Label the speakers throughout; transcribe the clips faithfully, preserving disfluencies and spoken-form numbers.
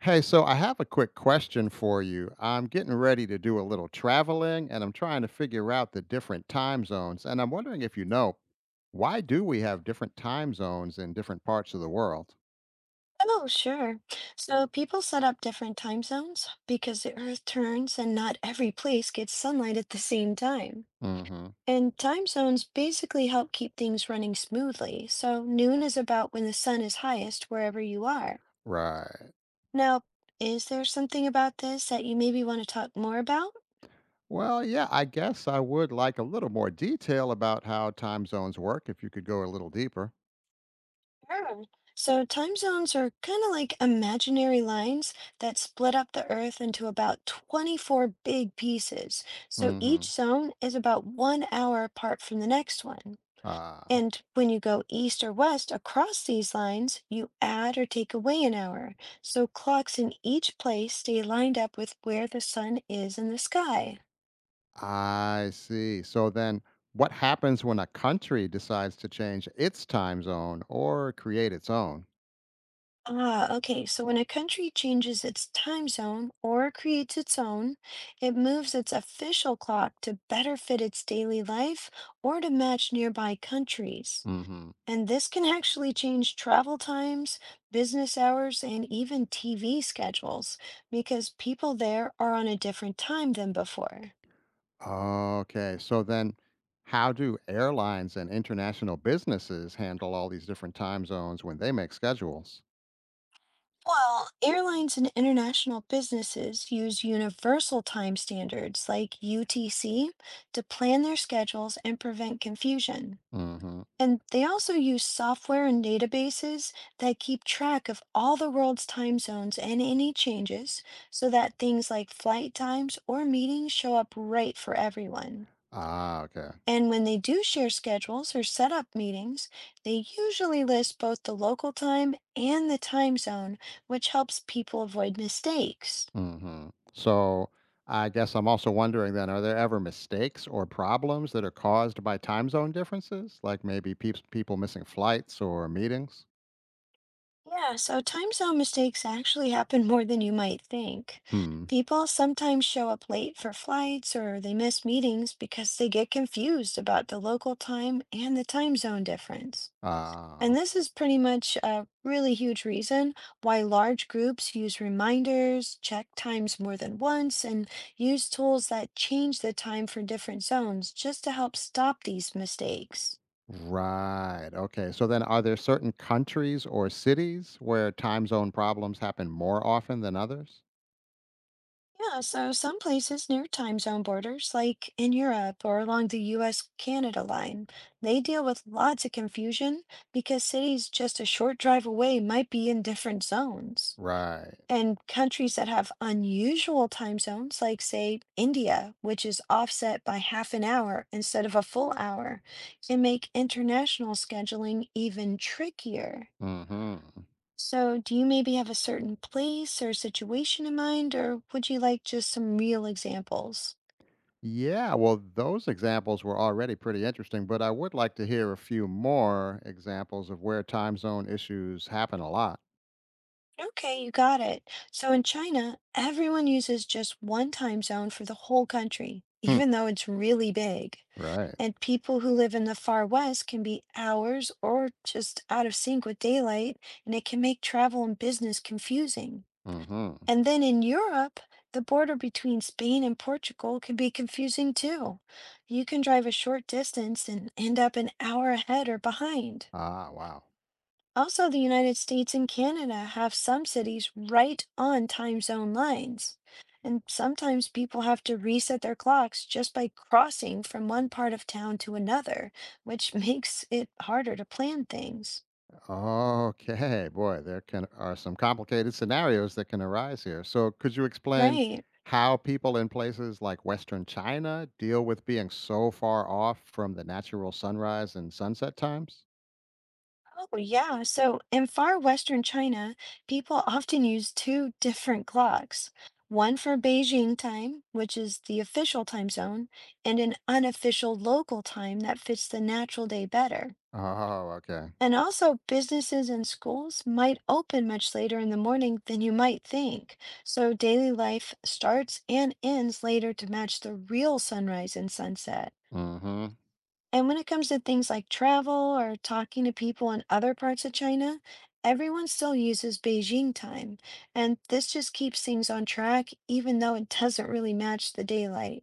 Speaker 1: Hey, so I have a quick question for you. I'm getting ready to do a little traveling and I'm trying to figure out the different time zones. And I'm wondering if you know why do we have different time zones in different parts of the world?
Speaker 2: Oh, sure. So people set up different time zones because the Earth turns and not every place gets sunlight at the same time.
Speaker 1: Hmm.
Speaker 2: And time zones basically help keep things running smoothly. So noon is about when the sun is highest wherever you are.
Speaker 1: Right.
Speaker 2: Now, is there something about this that you maybe want to talk more about?
Speaker 1: Well, yeah, I guess I would like a little more detail about how time zones work if you could go a little deeper.
Speaker 2: Sure. So time zones are kind of like imaginary lines that split up the Earth into about twenty-four big pieces. So each
Speaker 1: Hmm.
Speaker 2: zone is about one hour apart from the next one.
Speaker 1: Ah,
Speaker 2: And when you go east or west across these lines, you add or take away an hour. So clocks in each place stay lined up with where the sun is in the sky.
Speaker 1: I see. So then what happens when a country decides to change its time zone or create its own?
Speaker 2: Ah, okay. So when a country changes its time zone or creates its own, it moves its official clock to better fit its daily life or to match nearby countries.
Speaker 1: Hmm.
Speaker 2: And this can actually change travel times, business hours, and even T V schedules because people there are on a different time than before.
Speaker 1: Okay. So then, how do airlines and international businesses handle all these different time zones when they make schedules?
Speaker 2: Well, airlines and international businesses use universal time standards like U T C to plan their schedules and prevent confusion.
Speaker 1: Hmm.
Speaker 2: And they also use software and databases that keep track of all the world's time zones and any changes so that things like flight times or meetings show up right for everyone.
Speaker 1: Ah, okay.
Speaker 2: And when they do share schedules or set up meetings, they usually list both the local time and the time zone, which helps people avoid mistakes.
Speaker 1: Hmm. So I guess I'm also wondering then are there ever mistakes or problems that are caused by time zone differences? Like maybe peeps, people missing flights or meetings?
Speaker 2: Yeah, so time zone mistakes actually happen more than you might think.
Speaker 1: Hmm.
Speaker 2: People sometimes show up late for flights or they miss meetings because they get confused about the local time and the time zone difference. And
Speaker 1: Ah,
Speaker 2: this is pretty much a really huge reason why large groups use reminders, check times more than once, and use tools that change the time for different zones just to help stop these mistakes.
Speaker 1: right. Okay. So then are there certain countries or cities where time zone problems happen more often than others?
Speaker 2: Yeah, so some places near time zone borders, like in Europe or along the U S-Canada line, they deal with lots of confusion because cities just a short drive away might be in different zones.
Speaker 1: Right.
Speaker 2: And countries that have unusual time zones, like, say, India, which is offset by half an hour instead of a full hour, can make international scheduling even trickier.
Speaker 1: Hmm.
Speaker 2: So, do you maybe have a certain place or situation in mind, or would you like just some real examples?
Speaker 1: Yeah, well, those examples were already pretty interesting, but I would like to hear a few more examples of where time zone issues happen a lot.
Speaker 2: Okay, you got it. So, in China, everyone uses just one time zone for the whole country,
Speaker 1: Hmm.
Speaker 2: even though it's really big.
Speaker 1: Right.
Speaker 2: And people who live in the far west can be hours or just out of sync with daylight, and it can make travel and business confusing.
Speaker 1: Mm-hmm.
Speaker 2: And then in Europe, the border between Spain and Portugal can be confusing too. You can drive a short distance and end up an hour ahead or behind.
Speaker 1: Ah, wow.
Speaker 2: Also, the United States and Canada have some cities right on time zone lines. And sometimes people have to reset their clocks just by crossing from one part of town to another, which makes it harder to plan things.
Speaker 1: Okay, boy, there can are some complicated scenarios that can arise here. So, could you explain
Speaker 2: Right.
Speaker 1: how people in places like Western China deal with being so far off from the natural sunrise and sunset times?
Speaker 2: Oh, yeah. So in far western China, people often use two different clocks, one for Beijing time, which is the official time zone, and an unofficial local time that fits the natural day better.
Speaker 1: Oh, okay.
Speaker 2: And also, businesses and schools might open much later in the morning than you might think. So, daily life starts and ends later to match the real sunrise and sunset. And when it comes to things like travel or talking to people in other parts of China, everyone still uses Beijing time. And this just keeps things on track, even though it doesn't really match the daylight.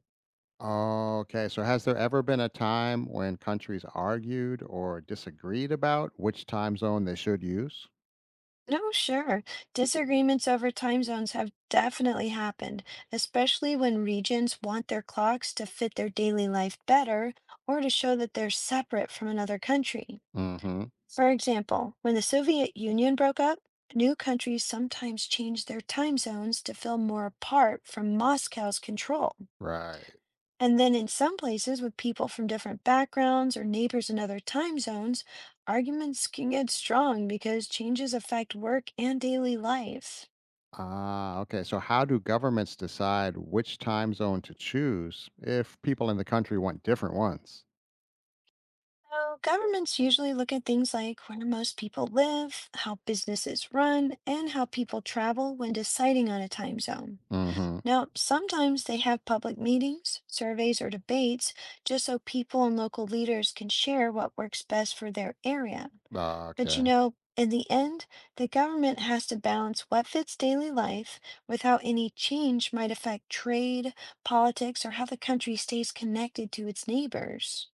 Speaker 1: Okay, so has there ever been a time when countries argued or disagreed about which time zone they should use?
Speaker 2: No, sure. Disagreements over time zones have definitely happened, especially when regions want their clocks to fit their daily life better or to show that they're separate from another country.
Speaker 1: Mm-hmm.
Speaker 2: For example, when the Soviet Union broke up, new countries sometimes changed their time zones to feel more apart from Moscow's control.
Speaker 1: Right.
Speaker 2: And then in some places, with people from different backgrounds or neighbors in other time zones, arguments can get strong because changes affect work and daily life.
Speaker 1: Ah, okay. So how do governments decide which time zone to choose if people in the country want different ones?
Speaker 2: So governments usually look at things like where most people live, how businesses run, and how people travel when deciding on a time zone.
Speaker 1: Mm-hmm.
Speaker 2: Now, sometimes they have public meetings, surveys, or debates just so people and local leaders can share what works best for their area.
Speaker 1: Ah,
Speaker 2: But you
Speaker 1: okay.
Speaker 2: know, in the end, the government has to balance what fits daily life with how any change might affect trade, politics, or how the country stays connected to its neighbors.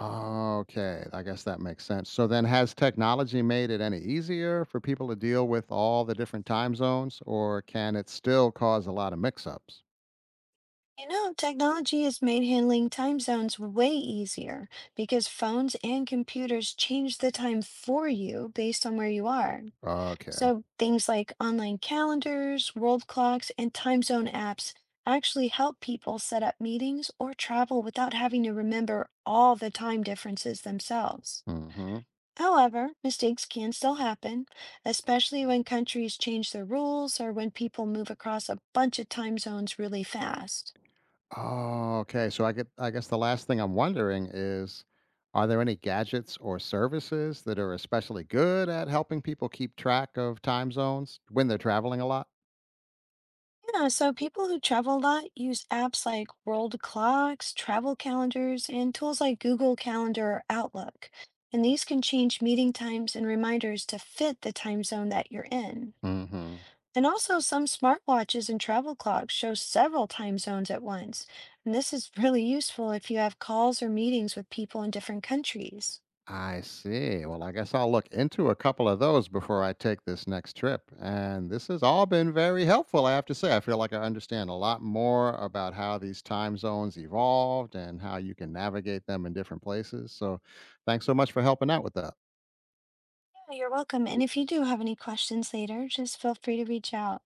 Speaker 1: Okay, I guess that makes sense. So then has technology made it any easier for people to deal with all the different time zones, or can it still cause a lot of mix-ups?
Speaker 2: You know, technology has made handling time zones way easier because phones and computers change the time for you based on where you are.
Speaker 1: Okay.
Speaker 2: So things like online calendars, world clocks, and time zone apps actually help people set up meetings or travel without having to remember all the time differences themselves.
Speaker 1: Mm-hmm.
Speaker 2: However, mistakes can still happen, especially when countries change their rules or when people move across a bunch of time zones really fast.
Speaker 1: Oh, okay. So I get I guess the last thing I'm wondering is are there any gadgets or services that are especially good at helping people keep track of time zones when they're traveling a lot?
Speaker 2: Yeah, so people who travel a lot use apps like world clocks, travel calendars, and tools like Google Calendar or Outlook. And these can change meeting times and reminders to fit the time zone that you're in.
Speaker 1: Hmm.
Speaker 2: And also, some smartwatches and travel clocks show several time zones at once. And this is really useful if you have calls or meetings with people in different countries.
Speaker 1: I see. Well, I guess I'll look into a couple of those before I take this next trip. And this has all been very helpful, I have to say. I feel like I understand a lot more about how these time zones evolved and how you can navigate them in different places. So, thanks so much for helping out with that.
Speaker 2: Yeah, you're welcome. And if you do have any questions later, just feel free to reach out.